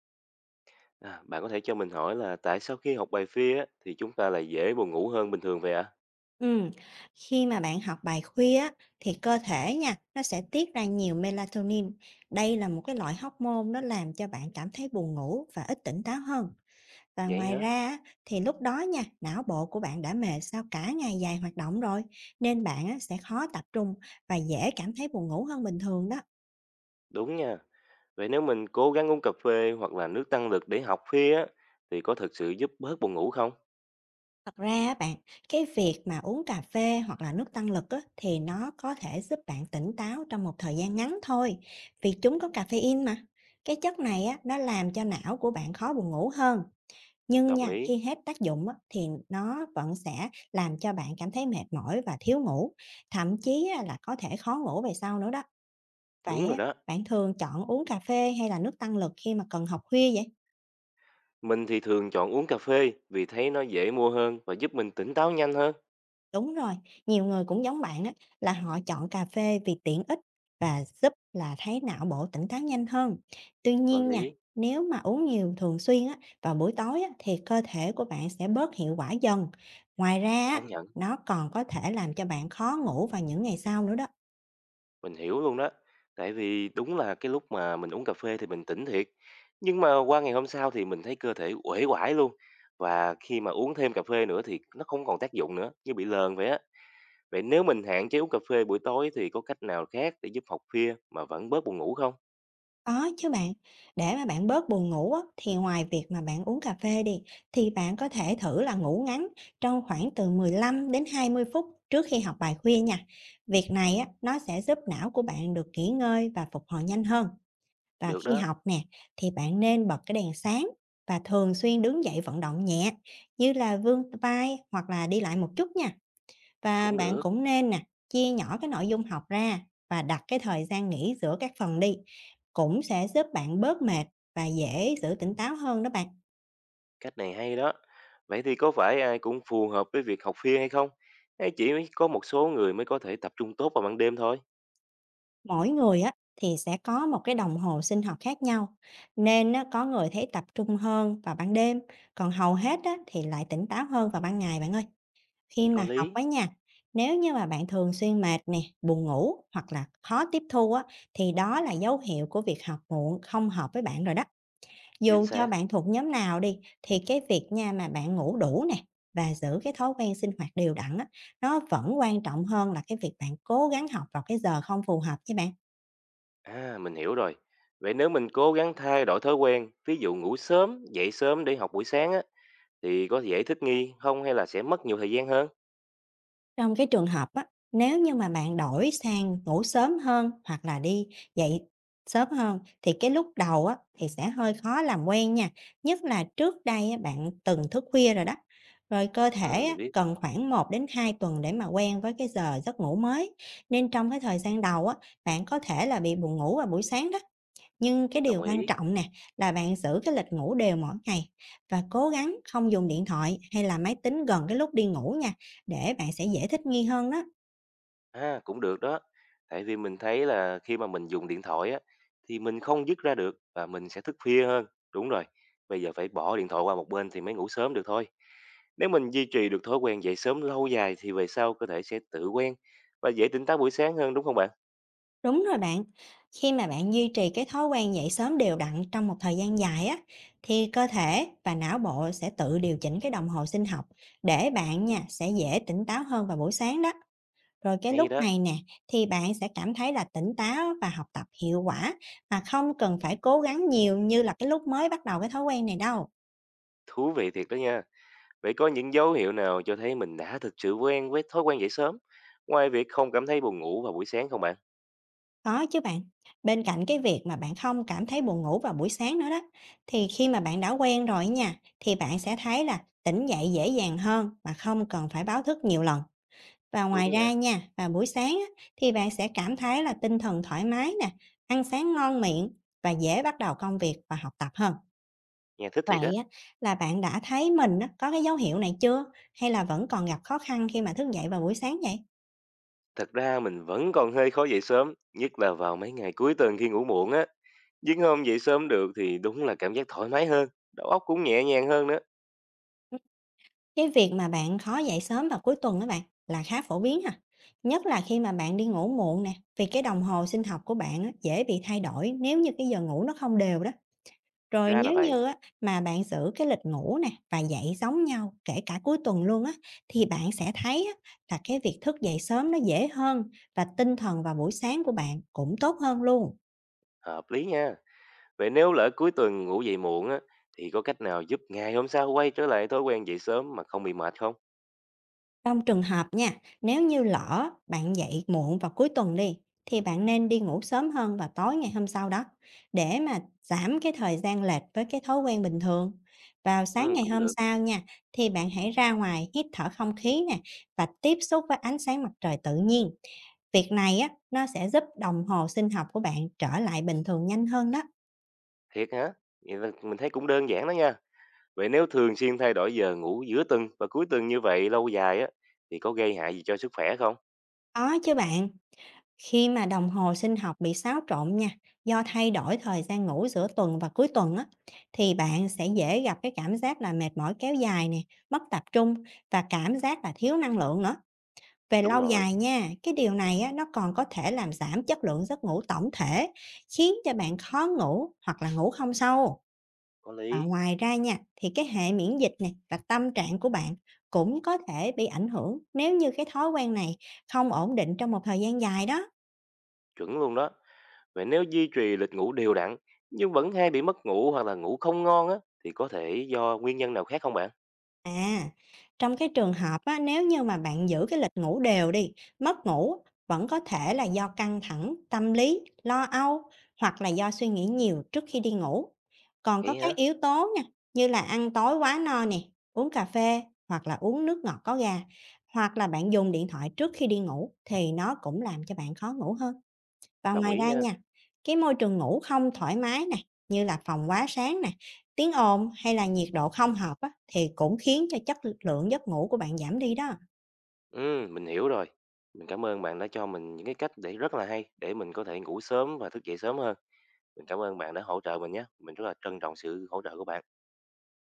À, bạn có thể cho mình hỏi là tại sao khi học bài phi á, thì chúng ta lại dễ buồn ngủ hơn bình thường vậy ạ? Ừm, khi mà bạn học bài khuya á, thì cơ thể nha, nó sẽ tiết ra nhiều melatonin. Đây là một cái loại hormone nó làm cho bạn cảm thấy buồn ngủ và ít tỉnh táo hơn. Và Vậy ngoài hả? ra á, thì lúc đó nha, não bộ của bạn đã mệt sau cả ngày dài hoạt động rồi, nên bạn á, sẽ khó tập trung và dễ cảm thấy buồn ngủ hơn bình thường đó. Đúng nha. Vậy nếu mình cố gắng uống cà phê hoặc là nước tăng lực để học phi á, thì có thực sự giúp bớt buồn ngủ không? Thật ra á bạn, cái việc mà uống cà phê hoặc là nước tăng lực á, thì nó có thể giúp bạn tỉnh táo trong một thời gian ngắn thôi, vì chúng có caffeine mà. Cái chất này á, nó làm cho não của bạn khó buồn ngủ hơn. Nhưng Đồng nha, ý. khi hết tác dụng á, thì nó vẫn sẽ làm cho bạn cảm thấy mệt mỏi và thiếu ngủ, thậm chí á, là có thể khó ngủ về sau nữa đó. Vậy Đúng rồi á, đó. bạn thường chọn uống cà phê hay là nước tăng lực khi mà cần học khuya vậy? Mình thì thường chọn uống cà phê vì thấy nó dễ mua hơn và giúp mình tỉnh táo nhanh hơn. Đúng rồi, nhiều người cũng giống bạn đó, là họ chọn cà phê vì tiện ích và giúp là thấy não bộ tỉnh táo nhanh hơn. Tuy Có nhiên nha, lý. nếu mà uống nhiều thường xuyên á, vào buổi tối á, thì cơ thể của bạn sẽ bớt hiệu quả dần. Ngoài ra á, Công nhận. nó còn có thể làm cho bạn khó ngủ vào những ngày sau nữa đó. Mình hiểu luôn đó. Tại vì đúng là cái lúc mà mình uống cà phê thì mình tỉnh thiệt. Nhưng mà qua ngày hôm sau thì mình thấy cơ thể uể oải luôn. Và khi mà uống thêm cà phê nữa thì nó không còn tác dụng nữa, như bị lờn vậy á. Vậy nếu mình hạn chế uống cà phê buổi tối thì có cách nào khác để giúp học phia mà vẫn bớt buồn ngủ không? Có chứ bạn, để mà bạn bớt buồn ngủ á, thì ngoài việc mà bạn uống cà phê đi, thì bạn có thể thử là ngủ ngắn trong khoảng từ 15 đến 20 phút trước khi học bài khuya nha. Việc này á, nó sẽ giúp não của bạn được nghỉ ngơi và phục hồi nhanh hơn. Và Được khi đó, học nè, thì bạn nên bật cái đèn sáng và thường xuyên đứng dậy vận động nhẹ, như là vươn vai hoặc là đi lại một chút nha. Và cũng bạn được. cũng nên nè, chia nhỏ cái nội dung học ra và đặt cái thời gian nghỉ giữa các phần đi. Cũng sẽ giúp bạn bớt mệt và dễ giữ tỉnh táo hơn đó bạn. Cách này hay đó. Vậy thì có phải ai cũng phù hợp với việc học phia hay không? Hay chỉ có một số người mới có thể tập trung tốt vào ban đêm thôi? Mỗi người á thì sẽ có một cái đồng hồ sinh học khác nhau. Nên á, có người thấy tập trung hơn vào ban đêm, còn hầu hết á, thì lại tỉnh táo hơn vào ban ngày bạn ơi. Khi Có mà học lý, á nha, nếu như mà bạn thường xuyên mệt nè, buồn ngủ hoặc là khó tiếp thu á, thì đó là dấu hiệu của việc học muộn không hợp với bạn rồi đó. chính Dù cho xác. bạn thuộc nhóm nào đi, thì cái việc nha mà bạn ngủ đủ nè và giữ cái thói quen sinh hoạt đều đặn á, nó vẫn quan trọng hơn là cái việc bạn cố gắng học vào cái giờ không phù hợp với bạn. À, mình hiểu rồi. Vậy nếu mình cố gắng thay đổi thói quen, ví dụ ngủ sớm, dậy sớm để học buổi sáng á, thì có dễ thích nghi không hay là sẽ mất nhiều thời gian hơn? Trong cái trường hợp á, nếu như mà bạn đổi sang ngủ sớm hơn hoặc là đi dậy sớm hơn thì cái lúc đầu á, thì sẽ hơi khó làm quen nha, nhất là trước đây á, bạn từng thức khuya rồi đó. Rồi cơ thể Ừ, á, mình biết, cần khoảng 1 đến 2 tuần để mà quen với cái giờ giấc ngủ mới, nên trong cái thời gian đầu á, bạn có thể là bị buồn ngủ vào buổi sáng đó. Nhưng cái đồng điều quan ý. trọng nè là bạn giữ cái lịch ngủ đều mỗi ngày và cố gắng không dùng điện thoại hay là máy tính gần cái lúc đi ngủ nha để bạn sẽ dễ thích nghi hơn đó. À, cũng được đó. Tại vì mình thấy là khi mà mình dùng điện thoại á, thì mình không dứt ra được và mình sẽ thức khuya hơn. Đúng rồi. Bây giờ phải bỏ điện thoại qua một bên thì mới ngủ sớm được thôi. Nếu mình duy trì được thói quen dậy sớm lâu dài thì về sau cơ thể sẽ tự quen và dễ tỉnh táo buổi sáng hơn đúng không bạn? Đúng rồi bạn, khi mà bạn duy trì cái thói quen dậy sớm đều đặn trong một thời gian dài á, thì cơ thể và não bộ sẽ tự điều chỉnh cái đồng hồ sinh học để bạn nha sẽ dễ tỉnh táo hơn vào buổi sáng đó. Rồi cái Hay lúc đó, này nè thì bạn sẽ cảm thấy là tỉnh táo và học tập hiệu quả mà không cần phải cố gắng nhiều như là cái lúc mới bắt đầu cái thói quen này đâu. thú vị thiệt đó nha. Vậy có những dấu hiệu nào cho thấy mình đã thực sự quen với thói quen dậy sớm, ngoài việc không cảm thấy buồn ngủ vào buổi sáng không bạn? Có chứ bạn. Bên cạnh cái việc mà bạn không cảm thấy buồn ngủ vào buổi sáng nữa đó, thì khi mà bạn đã quen rồi nha, thì bạn sẽ thấy là tỉnh dậy dễ dàng hơn mà không cần phải báo thức nhiều lần. Và Đúng ngoài ra nha, nha, vào buổi sáng á, thì bạn sẽ cảm thấy là tinh thần thoải mái nè, ăn sáng ngon miệng và dễ bắt đầu công việc và học tập hơn. nghe thích thiệt á. Vậy á, là bạn đã thấy mình á, có cái dấu hiệu này chưa? Hay là vẫn còn gặp khó khăn khi mà thức dậy vào buổi sáng vậy? Thật ra mình vẫn còn hơi khó dậy sớm, nhất là vào mấy ngày cuối tuần khi ngủ muộn á. Nhưng hôm dậy sớm được thì đúng là cảm giác thoải mái hơn, đầu óc cũng nhẹ nhàng hơn nữa. Cái việc mà bạn khó dậy sớm vào cuối tuần đó bạn là khá phổ biến ha. Nhất là khi mà bạn đi ngủ muộn nè, vì cái đồng hồ sinh học của bạn á, dễ bị thay đổi nếu như cái giờ ngủ nó không đều đó. Rồi Ra là nếu vậy, như á, mà bạn giữ cái lịch ngủ nè và dậy giống nhau kể cả cuối tuần luôn á thì bạn sẽ thấy á, là cái việc thức dậy sớm nó dễ hơn và tinh thần vào buổi sáng của bạn cũng tốt hơn luôn. hợp lý nha. Vậy nếu lỡ cuối tuần ngủ dậy muộn á, thì có cách nào giúp ngày hôm sau quay trở lại thói quen dậy sớm mà không bị mệt không? Trong trường hợp nha, nếu như lỡ bạn dậy muộn vào cuối tuần đi, thì bạn nên đi ngủ sớm hơn vào tối ngày hôm sau đó, để mà giảm cái thời gian lệch với cái thói quen bình thường. Vào sáng Ừ, ngày cũng hôm được. sau nha, thì bạn hãy ra ngoài hít thở không khí nè và tiếp xúc với ánh sáng mặt trời tự nhiên. Việc này á, nó sẽ giúp đồng hồ sinh học của bạn trở lại bình thường nhanh hơn đó. Thiệt hả? Vậy là mình thấy cũng đơn giản đó nha. Vậy nếu thường xuyên thay đổi giờ ngủ giữa tuần và cuối tuần như vậy lâu dài á thì có gây hại gì cho sức khỏe không? Có chứ bạn. Khi mà đồng hồ sinh học bị xáo trộn nha, do thay đổi thời gian ngủ giữa tuần và cuối tuần á, thì bạn sẽ dễ gặp cái cảm giác là mệt mỏi kéo dài nè, mất tập trung và cảm giác là thiếu năng lượng nữa. Về Đúng lâu rồi, dài nha, cái điều này á, nó còn có thể làm giảm chất lượng giấc ngủ tổng thể, khiến cho bạn khó ngủ hoặc là ngủ không sâu. có Và lý, ngoài ra nha, thì cái hệ miễn dịch này và tâm trạng của bạn cũng có thể bị ảnh hưởng nếu như cái thói quen này không ổn định trong một thời gian dài đó. chuẩn luôn đó. Vậy nếu duy trì lịch ngủ đều đặn nhưng vẫn hay bị mất ngủ hoặc là ngủ không ngon á thì có thể do nguyên nhân nào khác không bạn? À, trong cái trường hợp á, nếu như mà bạn giữ cái lịch ngủ đều đi, mất ngủ vẫn có thể là do căng thẳng, tâm lý, lo âu hoặc là do suy nghĩ nhiều trước khi đi ngủ. Còn có Vậy các hả? yếu tố nha, như là ăn tối quá no nè, uống cà phê hoặc là uống nước ngọt có ga, hoặc là bạn dùng điện thoại trước khi đi ngủ thì nó cũng làm cho bạn khó ngủ hơn. Và Đồng ngoài ý ra nha. nha, cái môi trường ngủ không thoải mái này như là phòng quá sáng này tiếng ồn hay là nhiệt độ không hợp á, thì cũng khiến cho chất lượng giấc ngủ của bạn giảm đi đó. Ừ, mình hiểu rồi. Mình cảm ơn bạn đã cho mình những cái cách để rất là hay để mình có thể ngủ sớm và thức dậy sớm hơn. Mình cảm ơn bạn đã hỗ trợ mình nhé. Mình rất là trân trọng sự hỗ trợ của bạn.